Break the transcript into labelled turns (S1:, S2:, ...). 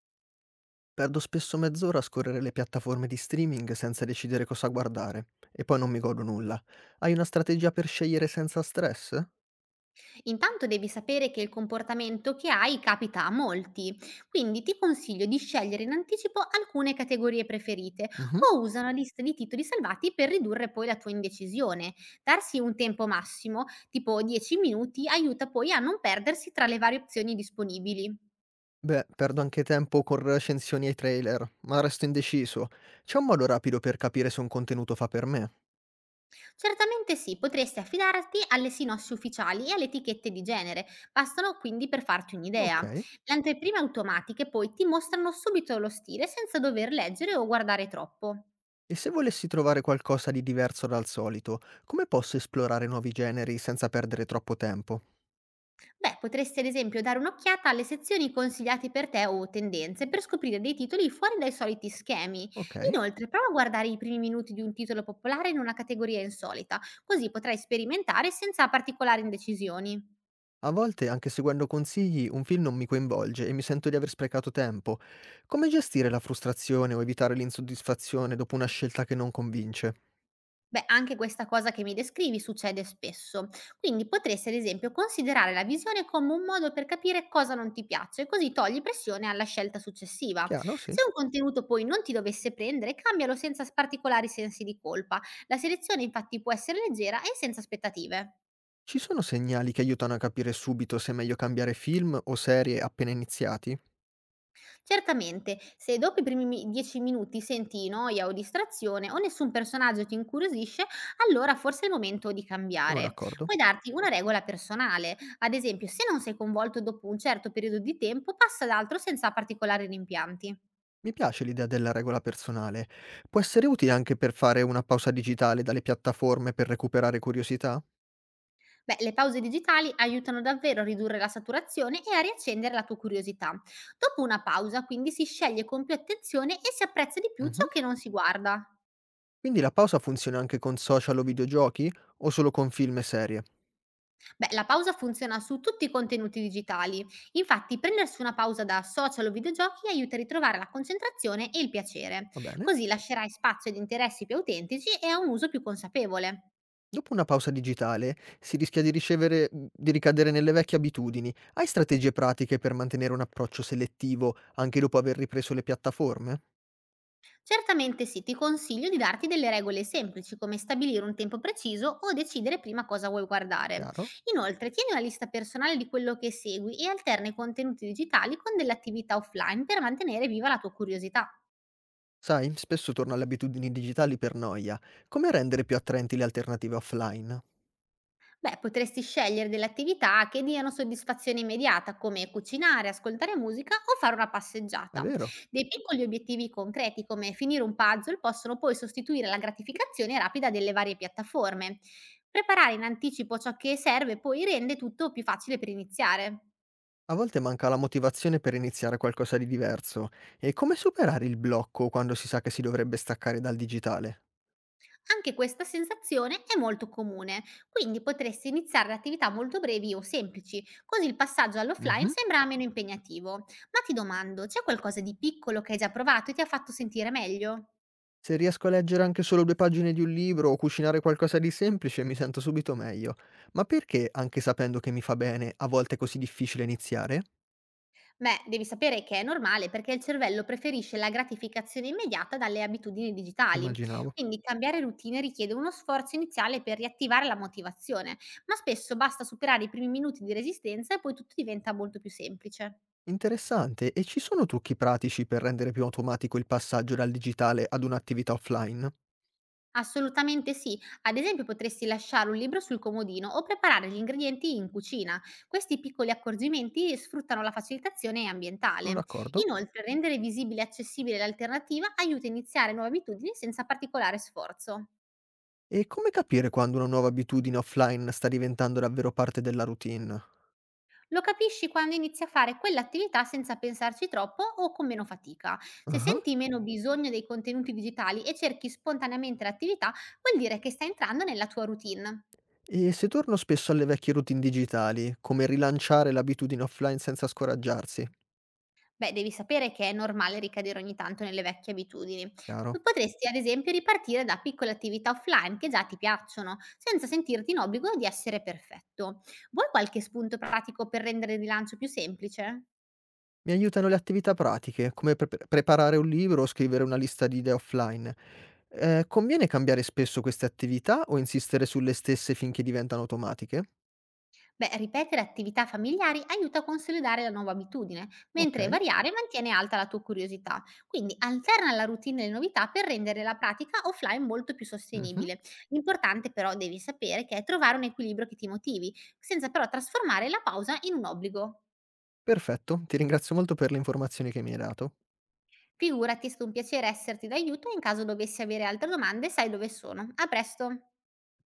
S1: Perdo spesso mezz'ora a scorrere le piattaforme di streaming senza decidere cosa guardare e poi non mi godo nulla. Hai una strategia per scegliere senza stress?
S2: Intanto devi sapere che il comportamento che hai capita a molti, quindi ti consiglio di scegliere in anticipo alcune categorie preferite
S1: Mh-mh.
S2: o usa una lista di titoli salvati per ridurre poi la tua indecisione. Darsi un tempo massimo, tipo 10 minuti, aiuta poi a non perdersi tra le varie opzioni disponibili.
S1: Beh, perdo anche tempo con recensioni ai trailer, ma resto indeciso. C'è un modo rapido per capire se un contenuto fa per me?
S2: Certamente sì, potresti affidarti alle sinossi ufficiali e alle etichette di genere, bastano quindi per farti
S1: Ok.
S2: un'idea.
S1: E
S2: Le anteprime automatiche poi ti mostrano subito lo stile senza dover leggere o guardare troppo.
S1: se volessi trovare qualcosa di diverso dal solito, come posso esplorare nuovi generi senza perdere troppo tempo?
S2: Beh, potresti ad esempio dare un'occhiata alle sezioni consigliate per te o tendenze per scoprire dei titoli fuori dai soliti schemi.
S1: Ok.
S2: Inoltre, prova a guardare i primi minuti di un titolo popolare in una categoria insolita, così potrai sperimentare senza particolari indecisioni.
S1: A volte, anche seguendo consigli, un film non mi coinvolge e mi sento di aver sprecato tempo. Come gestire la frustrazione o evitare l'insoddisfazione dopo una scelta che non convince?
S2: Beh, anche questa cosa che mi descrivi succede spesso, quindi potresti ad esempio considerare la visione come un modo per capire cosa non ti piace, così togli pressione alla scelta successiva.
S1: Chiaro, sì.
S2: Se un contenuto poi non ti dovesse prendere, cambialo senza particolari sensi di colpa. La selezione infatti può essere leggera e senza aspettative.
S1: Ci sono segnali che aiutano a capire subito se è meglio cambiare film o serie appena iniziati?
S2: Certamente, se dopo i primi mi 10 minuti senti noia o distrazione o nessun personaggio ti incuriosisce, allora forse è il momento di
S1: Sono
S2: cambiare.
S1: d'accordo.
S2: Puoi darti una regola personale, ad esempio se non sei coinvolto dopo un certo periodo di tempo, passa ad altro senza particolari rimpianti.
S1: Mi piace l'idea della regola personale. Può essere utile anche per fare una pausa digitale dalle piattaforme per recuperare curiosità?
S2: Beh, le pause digitali aiutano davvero a ridurre la saturazione e a riaccendere la tua curiosità. Dopo una pausa, quindi, si sceglie con più attenzione e si apprezza di più
S1: Mhm.
S2: ciò che non si guarda.
S1: Quindi la pausa funziona anche con social o videogiochi o solo con film e serie?
S2: Beh, la pausa funziona su tutti i contenuti digitali. Infatti, prendersi una pausa da social o videogiochi aiuta a ritrovare la concentrazione e il piacere.
S1: Va bene?
S2: Così lascerai spazio ad interessi più autentici e a un uso più consapevole.
S1: Dopo una pausa digitale si rischia di ricevere di ricadere nelle vecchie abitudini. Hai strategie pratiche per mantenere un approccio selettivo anche dopo aver ripreso le piattaforme?
S2: Certamente sì, ti consiglio di darti delle regole semplici come stabilire un tempo preciso o decidere prima cosa vuoi guardare.
S1: Chiaro?
S2: Inoltre, tieni una lista personale di quello che segui e alterna i contenuti digitali con delle attività offline per mantenere viva la tua curiosità.
S1: Sai, spesso torno alle abitudini digitali per noia. Come rendere più attraenti le alternative offline?
S2: Beh, potresti scegliere delle attività che diano soddisfazione immediata, come cucinare, ascoltare musica o fare una
S1: È
S2: passeggiata.
S1: vero,
S2: Dei piccoli obiettivi concreti, come finire un puzzle, possono poi sostituire la gratificazione rapida delle varie piattaforme. Preparare in anticipo ciò che serve poi rende tutto più facile per iniziare.
S1: a volte manca la motivazione per iniziare qualcosa di diverso. E come superare il blocco quando si sa che si dovrebbe staccare dal digitale?
S2: Anche questa sensazione è molto comune, quindi potresti iniziare attività molto brevi o semplici, così il passaggio all'offline
S1: Mh-mh.
S2: sembra meno impegnativo. Ma ti domando, c'è qualcosa di piccolo che hai già provato e ti ha fatto sentire meglio?
S1: Se riesco a leggere anche solo 2 pagine di un libro o cucinare qualcosa di semplice mi sento subito meglio. Ma perché, anche sapendo che mi fa bene, a volte è così difficile iniziare?
S2: Beh, devi sapere che è normale perché il cervello preferisce la gratificazione immediata dalle abitudini digitali,
S1: Immaginavo.
S2: quindi cambiare routine richiede uno sforzo iniziale per riattivare la motivazione, ma spesso basta superare i primi minuti di resistenza e poi tutto diventa molto più semplice.
S1: Interessante, e ci sono trucchi pratici per rendere più automatico il passaggio dal digitale ad un'attività offline?
S2: Assolutamente sì. Ad esempio potresti lasciare un libro sul comodino o preparare gli ingredienti in cucina. Questi piccoli accorgimenti sfruttano la facilitazione
S1: Sono
S2: ambientale.
S1: d'accordo.
S2: Inoltre, rendere visibile e accessibile l'alternativa aiuta a iniziare nuove abitudini senza particolare sforzo.
S1: E come capire quando una nuova abitudine offline sta diventando davvero parte della routine?
S2: Lo capisci quando inizi a fare quell'attività senza pensarci troppo o con meno fatica. Se
S1: Ah.
S2: senti meno bisogno dei contenuti digitali e cerchi spontaneamente l'attività, vuol dire che sta entrando nella tua routine.
S1: E se torno spesso alle vecchie routine digitali, come rilanciare l'abitudine offline senza scoraggiarsi?
S2: Beh, devi sapere che è normale ricadere ogni tanto nelle vecchie abitudini.
S1: Chiaro.
S2: Potresti, ad esempio, ripartire da piccole attività offline che già ti piacciono, senza sentirti in obbligo di essere perfetto. Vuoi qualche spunto pratico per rendere il rilancio più semplice?
S1: Mi aiutano le attività pratiche, come preparare un libro o scrivere una lista di idee offline. Conviene cambiare spesso queste attività o insistere sulle stesse finché diventano automatiche?
S2: Beh, ripetere attività familiari aiuta a consolidare la nuova abitudine, mentre
S1: Okay.
S2: variare mantiene alta la tua curiosità. Quindi alterna la routine e le novità per rendere la pratica offline molto più
S1: Mh-mh.
S2: sostenibile. L'importante però devi sapere che è trovare un equilibrio che ti motivi, senza però trasformare la pausa in un obbligo.
S1: Perfetto, ti ringrazio molto per le informazioni che mi hai dato.
S2: Figurati, è stato un piacere esserti d'aiuto e in caso dovessi avere altre domande sai dove sono. A presto!